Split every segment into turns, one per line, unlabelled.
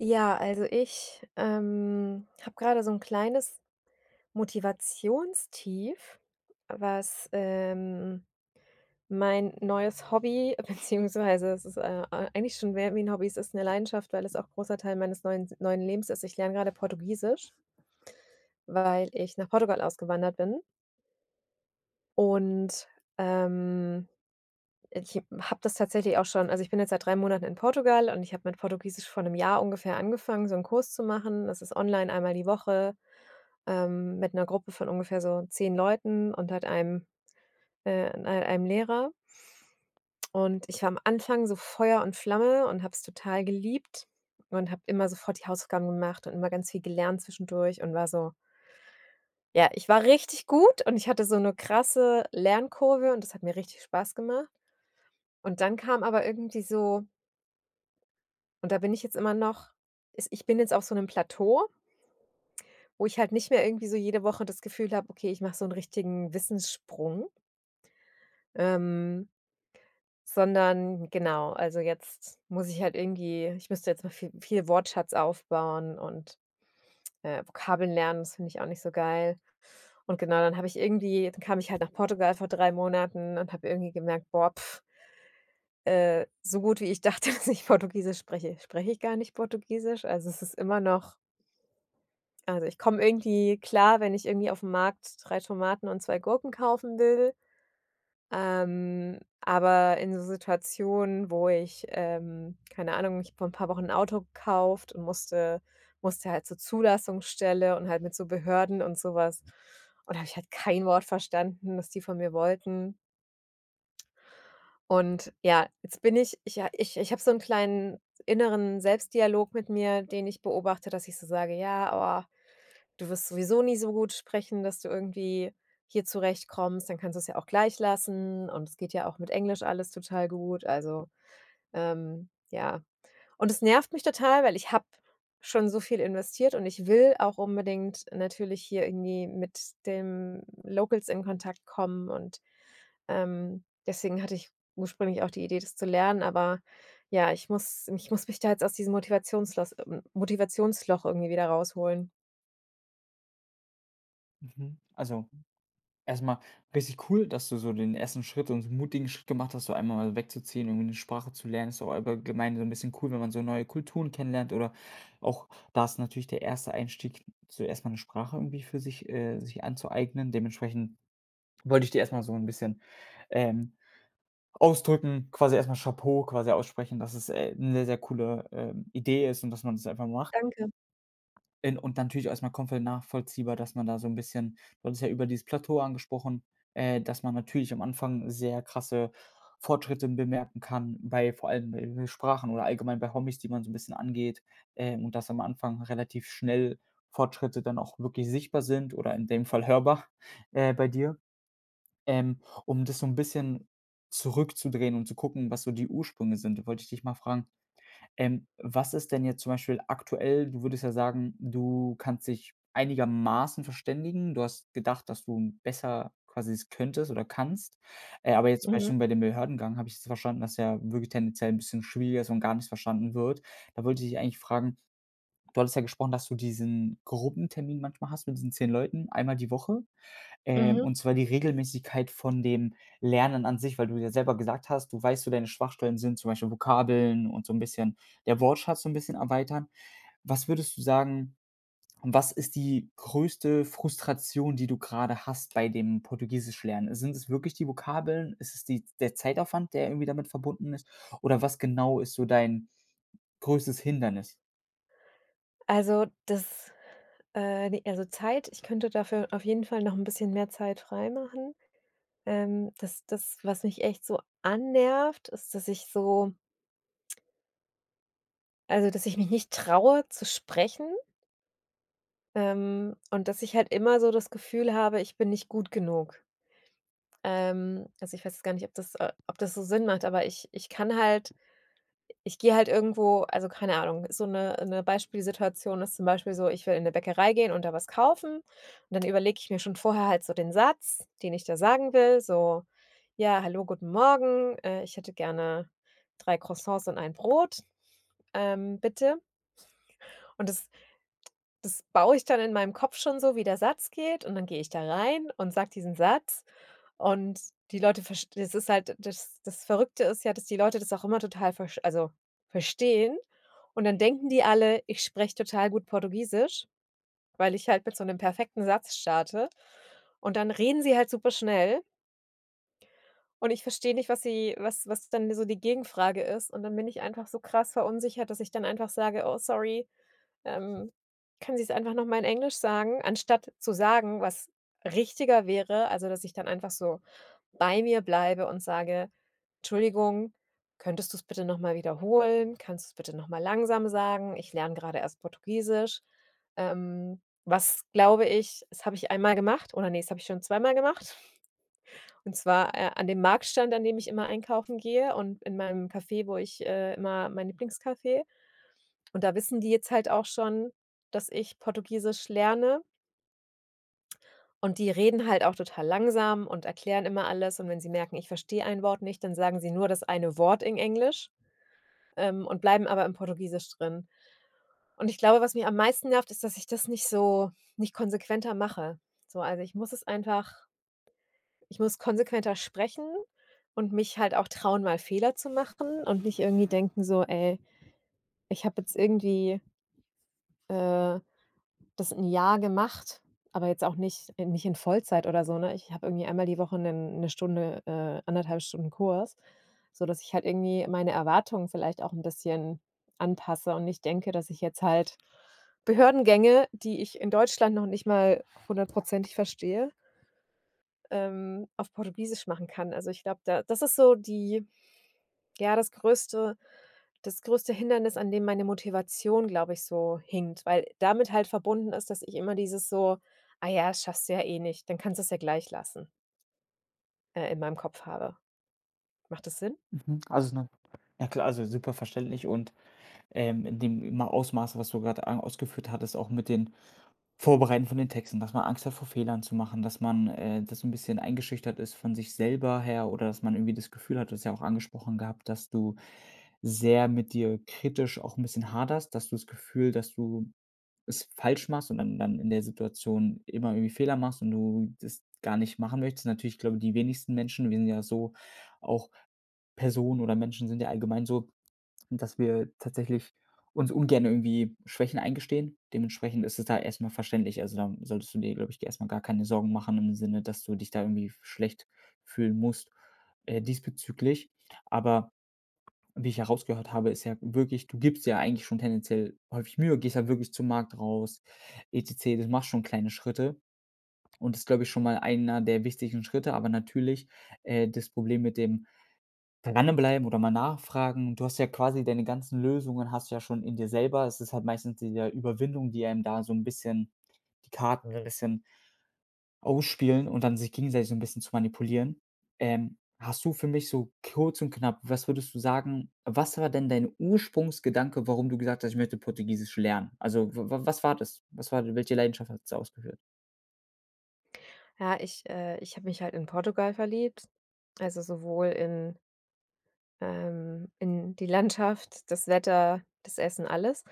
Ja, also ich habe gerade so ein kleines Motivationstief, was mein neues Hobby beziehungsweise es ist, ei eigentlich schon mehr wie 'n Hobby, es ist eine Leidenschaft, weil es auch großer Teil meines neuen Lebens ist. Ich lerne gerade Portugiesisch, weil ich nach Portugal ausgewandert bin und, ähm, ich habe das tatsächlich auch schon, also, ich bin jetzt seit 3 Monaten in Portugal und ich habe mit Portugiesisch vor einem Jahr ungefähr angefangen, so einen Kurs zu machen. Das ist online einmal die Woche mit einer Gruppe von ungefähr so 10 Leuten und halt einem Lehrer. Und ich war am Anfang so Feuer und Flamme und habe es total geliebt und habe immer sofort die Hausaufgaben gemacht und immer ganz viel gelernt zwischendurch und war so, ja, ich war richtig gut und ich hatte so eine krasse Lernkurve und das hat mir richtig Spaß gemacht. Und dann kam aber irgendwie so, und da bin ich jetzt immer noch, ist ich bin jetzt auf so einem Plateau, wo ich halt nicht mehr irgendwie so jede Woche das Gefühl habe: „Okay, ich mache so einen richtigen Wissenssprung.“ Ähm, Sondern genau, also jetzt muss ich halt irgendwie, ich müsste jetzt noch viel Wortschatz aufbauen und, Vokabeln lernen, das finde ich auch nicht so geil. Und genau, dann habe ich irgendwie, dann kam ich halt nach Portugal vor 3 Monaten und habe irgendwie gemerkt: „Boah, pf, so gut, wie ich dachte, dass ich Portugiesisch spreche, spreche ich gar nicht Portugiesisch.“ Also, es ist immer noch, also, ich komme irgendwie klar, wenn ich irgendwie auf dem Markt 3 Tomaten und 2 Gurken kaufen will. Aber in so Situationen, wo ich, keine Ahnung, ich habe vor ein paar Wochen ein Auto gekauft und musste halt zur Zulassungsstelle und halt mit so Behörden und sowas. Und da habe ich halt kein Wort verstanden, was die von mir wollten. Und ja, jetzt bin ich, ich habe so einen kleinen inneren Selbstdialog mit mir, den ich beobachte, dass ich so sage: „Ja, oh, du wirst sowieso nie so gut sprechen, dass du irgendwie hier zurechtkommst, dann kannst du es ja auch gleich lassen und es geht ja auch mit Englisch alles total gut. Also, ja.“ Und es nervt mich total, weil ich habe schon so viel investiert und ich will auch unbedingt natürlich hier irgendwie mit den Locals in Kontakt kommen, und, deswegen hatte ich ursprünglich auch die Idee, das zu lernen, aber ja, ich muss mich da jetzt aus diesem Motivationslos Motivationsloch irgendwie wieder rausholen.
Mhm. Also, erstmal mal richtig cool, dass du so den ersten Schritt und so einen mutigen Schritt gemacht hast, so einmal mal wegzuziehen und eine Sprache zu lernen. Ist auch allgemein so ein bisschen cool, wenn man so neue Kulturen kennenlernt oder auch da ist natürlich der erste Einstieg, so erstmal eine Sprache irgendwie für sich sich anzueignen. Dementsprechend wollte ich dir erstmal so ein bisschen, ähm, ausdrücken, quasi erstmal Chapeau quasi aussprechen, dass es, 'ne sehr, sehr coole, Idee ist und dass man das einfach macht.
Danke.
In und natürlich erstmal komplett nachvollziehbar, dass man da so ein bisschen du hattest ja über dieses Plateau angesprochen, dass man natürlich am Anfang sehr krasse Fortschritte bemerken kann bei vor allem bei Sprachen oder allgemein bei Hobbys, die man so ein bisschen angeht, und dass am Anfang relativ schnell Fortschritte dann auch wirklich sichtbar sind oder in dem Fall hörbar, bei dir. Ähm, Um das so ein bisschen zurückzudrehen und zu gucken, was so die Ursprünge sind, wollte ich dich mal fragen was ist denn jetzt zum Beispiel aktuell du würdest ja sagen, du kannst dich einigermaßen verständigen. Du hast gedacht, dass du besser quasi es könntest oder kannst. Aber jetzt zum
Mhm.
Beispiel bei dem Behördengang habe ich jetzt verstanden, dass ja wirklich tendenziell ein bisschen schwieriger ist und gar nicht verstanden wird. Da wollte ich dich eigentlich fragen, du hattest ja gesprochen, dass du diesen Gruppentermin manchmal hast mit diesen 10 Leuten, einmal die Woche?
Mhm.
Und zwar die Regelmäßigkeit von dem Lernen an sich, weil du ja selber gesagt hast, du weißt, so deine Schwachstellen sind zum Beispiel Vokabeln und so ein bisschen der Wortschatz so ein bisschen erweitern. Was würdest du sagen, was ist die größte Frustration, die du gerade hast bei dem Portugiesisch lernen? Sind es wirklich die Vokabeln? Ist es die der Zeitaufwand, der irgendwie damit verbunden ist? Oder was genau ist so dein größtes Hindernis?
Also, das ne, also Zeit, ich könnte dafür auf jeden Fall noch ein bisschen mehr Zeit freimachen. Das, was mich echt so annervt, ist, dass ich so, also, dass ich mich nicht traue zu sprechen, und dass ich halt immer so das Gefühl habe, ich bin nicht gut genug. Also, ich weiß jetzt gar nicht, ob das so Sinn macht, aber ich kann halt, ich gehe halt irgendwo, also, keine Ahnung, so eine 'ne Beispielsituation ist zum Beispiel so, ich will in eine Bäckerei gehen und da was kaufen und dann überlege ich mir schon vorher halt so den Satz, den ich da sagen will, so: „Ja, hallo, guten Morgen, ich hätte gerne 3 Croissants und ein Brot, bitte.“ Und das baue ich dann in meinem Kopf schon so, wie der Satz geht, und dann gehe ich da rein und sage diesen Satz, und die Leute verst das ist halt, das Verrückte ist ja, dass die Leute das auch immer total versch also, verstehen. Und dann denken die alle, ich spreche total gut Portugiesisch, weil ich halt mit so einem perfekten Satz starte, und dann reden sie halt super schnell und ich verstehe nicht, was sie was was dann so die Gegenfrage ist, und dann bin ich einfach so krass verunsichert, dass ich dann einfach sage: „Oh, sorry, ähm, kann sie es einfach noch mal in Englisch sagen“, anstatt zu sagen, was richtiger wäre, also, dass ich dann einfach so bei mir bleibe und sage: „Entschuldigung, könntest du es bitte noch mal wiederholen? Kannst du es bitte noch mal langsam sagen? Ich lerne gerade erst Portugiesisch.“ was, glaube ich, das habe ich einmal gemacht, oder, ne, das habe ich schon zweimal gemacht. Und zwar, an dem Marktstand, an dem ich immer einkaufen gehe, und in meinem Café, wo ich, immer, mein Lieblingscafé. Und da wissen die jetzt halt auch schon, dass ich Portugiesisch lerne, und die reden halt auch total langsam und erklären immer alles, und wenn sie merken, ich verstehe ein Wort nicht, dann sagen sie nur das eine Wort in Englisch, und bleiben aber im Portugiesisch drin. Und ich glaube, was mich am meisten nervt, ist, dass ich das nicht so nicht konsequenter mache. So, also, ich muss konsequenter sprechen und mich halt auch trauen, mal Fehler zu machen und nicht irgendwie denken so: „Ey, ich habe jetzt irgendwie, äh, Das ein Jahr gemacht, aber jetzt auch nicht in Vollzeit oder so, ne? Ich habe irgendwie einmal die Woche 'nen 'ne Stunde 1,5 Stunden Kurs, sodass ich halt irgendwie meine Erwartungen vielleicht auch 'n bisschen anpasse und nicht denke, dass ich jetzt halt Behördengänge, die ich in Deutschland noch nicht mal hundertprozentig verstehe, auf Portugiesisch machen kann. Also, ich glaube, da, das ist so die, ja, das größte, das größte Hindernis, an dem meine Motivation, glaube ich, so hinkt, weil damit halt verbunden ist, dass ich immer dieses so: „Ah ja, das schaffst du ja eh nicht, dann kannst du es ja gleich lassen“, in meinem Kopf habe. Macht das Sinn?“
Mhm, also, 'ne ja klar, also, super verständlich und in dem Ma Ausmaß, was du gerade a ausgeführt hattest, auch mit den Vorbereiten von den Texten, dass man Angst hat, vor Fehlern zu machen, dass man das ein bisschen eingeschüchtert ist von sich selber her oder dass man irgendwie das Gefühl hat du hast ja auch angesprochen gehabt, dass du sehr mit dir kritisch auch ein bisschen haderst, dass du das Gefühl dass du es falsch machst und dann in der Situation immer irgendwie Fehler machst und du das gar nicht machen möchtest. Natürlich, ich glaube, die wenigsten Menschen wir sind ja so auch Personen oder Menschen sind ja allgemein so dass wir tatsächlich uns ungern irgendwie Schwächen eingestehen. Dementsprechend ist es da erstmal verständlich. Also, da solltest du dir, glaube ich, erstmal gar keine Sorgen machen im Sinne, dass du dich da irgendwie schlecht fühlen musst, diesbezüglich. Aber wie ich herausgehört habe, ist ja wirklich du gibst ja eigentlich schon tendenziell häufig Mühe, gehst ja wirklich zum Markt raus et cetera. Du machst schon kleine Schritte und das ist, glaube ich, schon mal einer der wichtigen Schritte. Aber natürlich, das Problem mit dem Dranbleiben oder mal nachfragen. Du hast ja quasi deine ganzen Lösungen hast du ja schon in dir selber. Es ist halt meistens diese Überwindung, die einem da so ein bisschen die Karten so 'n bisschen ausspielen und dann sich gegenseitig so ein bisschen zu manipulieren. Hast du für mich so kurz und knapp, was würdest du sagen, was war denn dein Ursprungsgedanke, warum du gesagt hast: „Ich möchte Portugiesisch lernen?“ Also, w w was war das? Was war welche Leidenschaft hat es ausgeführt?
Ja, ich habe mich halt in Portugal verliebt, also sowohl in, in die Landschaft, das Wetter, das Essen, alles.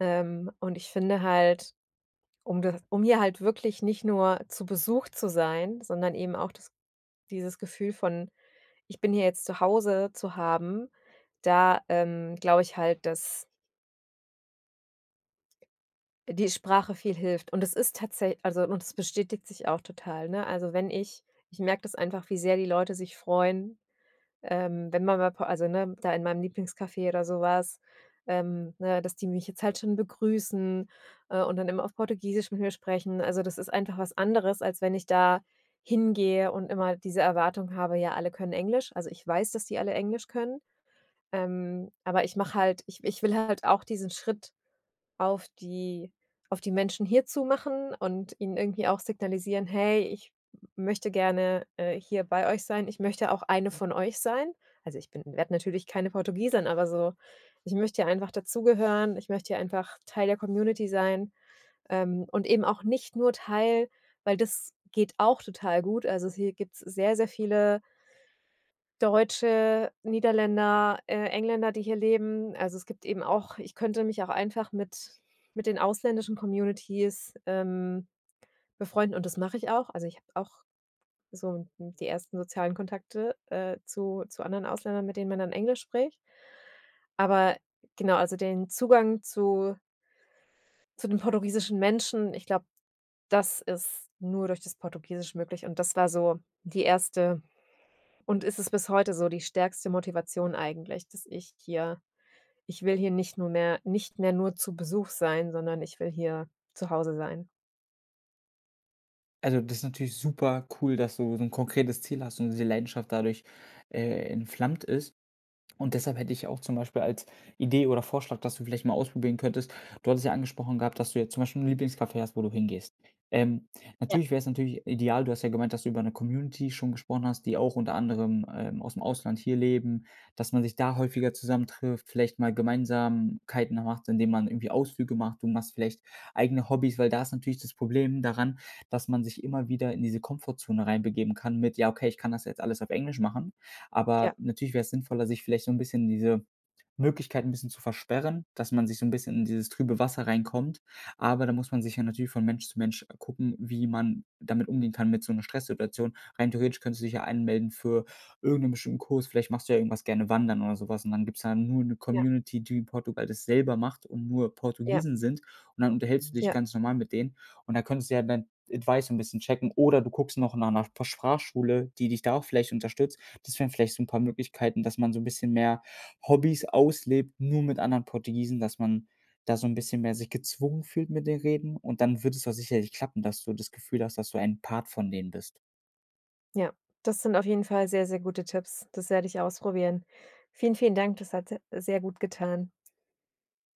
Und ich finde halt, um hier halt wirklich nicht nur zu Besuch zu sein, sondern eben auch das dieses Gefühl von, ich bin hier jetzt zu Hause, zu haben, da, glaube ich halt, dass die Sprache viel hilft. Und es ist tatsächlich, also, und es bestätigt sich auch total, ne? Also, wenn ich ich merke das einfach, wie sehr die Leute sich freuen, wenn man mal po also, ne, da in meinem Lieblingscafé oder sowas, ne, dass die mich jetzt halt schon begrüßen, und dann immer auf Portugiesisch mit mir sprechen. Also, das ist einfach was anderes, als wenn ich da hingehe und immer diese Erwartung habe, ja, alle können Englisch. Also, ich weiß, dass die alle Englisch können. Aber ich will halt auch diesen Schritt auf die auf die Menschen hierzu machen und ihnen irgendwie auch signalisieren: „Hey, ich möchte gerne, hier bei euch sein. Ich möchte auch eine von euch sein.“ Also, ich bin werde natürlich keine Portugiesin, aber so, ich möchte hier einfach dazugehören. Ich möchte hier einfach Teil der Community sein, und eben auch nicht nur Teil weil das geht auch total gut. Also, hier gibt's sehr, sehr viele Deutsche, Niederländer, Engländer, die hier leben. Also, es gibt eben auch, ich könnte mich auch einfach mit den ausländischen Communities, befreunden, und das mache ich auch. Also, ich habe auch so die ersten sozialen Kontakte, zu anderen Ausländern, mit denen man dann Englisch spricht. Aber genau, also den Zugang zu den portugiesischen Menschen, ich glaube, das ist nur durch das Portugiesisch möglich, und das war so die erste und ist es bis heute so die stärkste Motivation eigentlich, dass ich hier, ich will hier nicht mehr nur zu Besuch sein, sondern ich will hier zu Hause sein.
Also, das ist natürlich super cool, dass du so ein konkretes Ziel hast und diese Leidenschaft dadurch, äh, entflammt ist. Und deshalb hätte ich auch zum Beispiel als Idee oder Vorschlag, dass du vielleicht mal ausprobieren könntest du hattest ja angesprochen gehabt, dass du jetzt zum Beispiel 'n Lieblingscafé hast, wo du hingehst. Ähm,
Ja.
Natürlich wäre es natürlich ideal du hast ja gemeint, dass du über eine Community schon gesprochen hast, die auch unter anderem, aus dem Ausland hier leben, dass man sich da häufiger zusammentrifft, vielleicht mal Gemeinsamkeiten macht, indem man irgendwie Ausflüge macht. Du machst vielleicht eigene Hobbys, weil da ist natürlich das Problem daran, dass man sich immer wieder in diese Komfortzone reinbegeben kann mit: „Ja, okay, ich kann das jetzt alles auf Englisch machen.“ Aber
Ja,
natürlich wäre es sinnvoller, sich vielleicht so ein bisschen diese Möglichkeit ein bisschen zu versperren, dass man sich so ein bisschen in dieses trübe Wasser reinkommt. Aber da muss man sich ja natürlich von Mensch zu Mensch gucken, wie man damit umgehen kann mit so einer Stresssituation. Rein theoretisch könntest du dich ja anmelden für irgendeinen bestimmten Kurs. Vielleicht machst du ja irgendwas gerne wandern oder sowas und dann gibt's da nur eine
ja,
Community, die in Portugal das selber macht und nur
ja,
Portugiesen sind. Und dann unterhältst du dich
ja,
ganz normal mit denen und da könntest du ja dein Advice so 'n bisschen checken oder du guckst noch nach einer Sprachschule, die dich da auch vielleicht unterstützt. Das wären vielleicht so ein paar Möglichkeiten, dass man so ein bisschen mehr Hobbys auslebt, nur mit anderen Portugiesen, dass man da so ein bisschen mehr sich gezwungen fühlt mit den Reden und dann wird es doch sicherlich klappen, dass du das Gefühl hast, dass du ein Part von denen bist.
ja. Das sind auf jeden Fall sehr, sehr gute Tipps. Das werde ich ausprobieren. Vielen, vielen Dank. Das hat se sehr gut getan.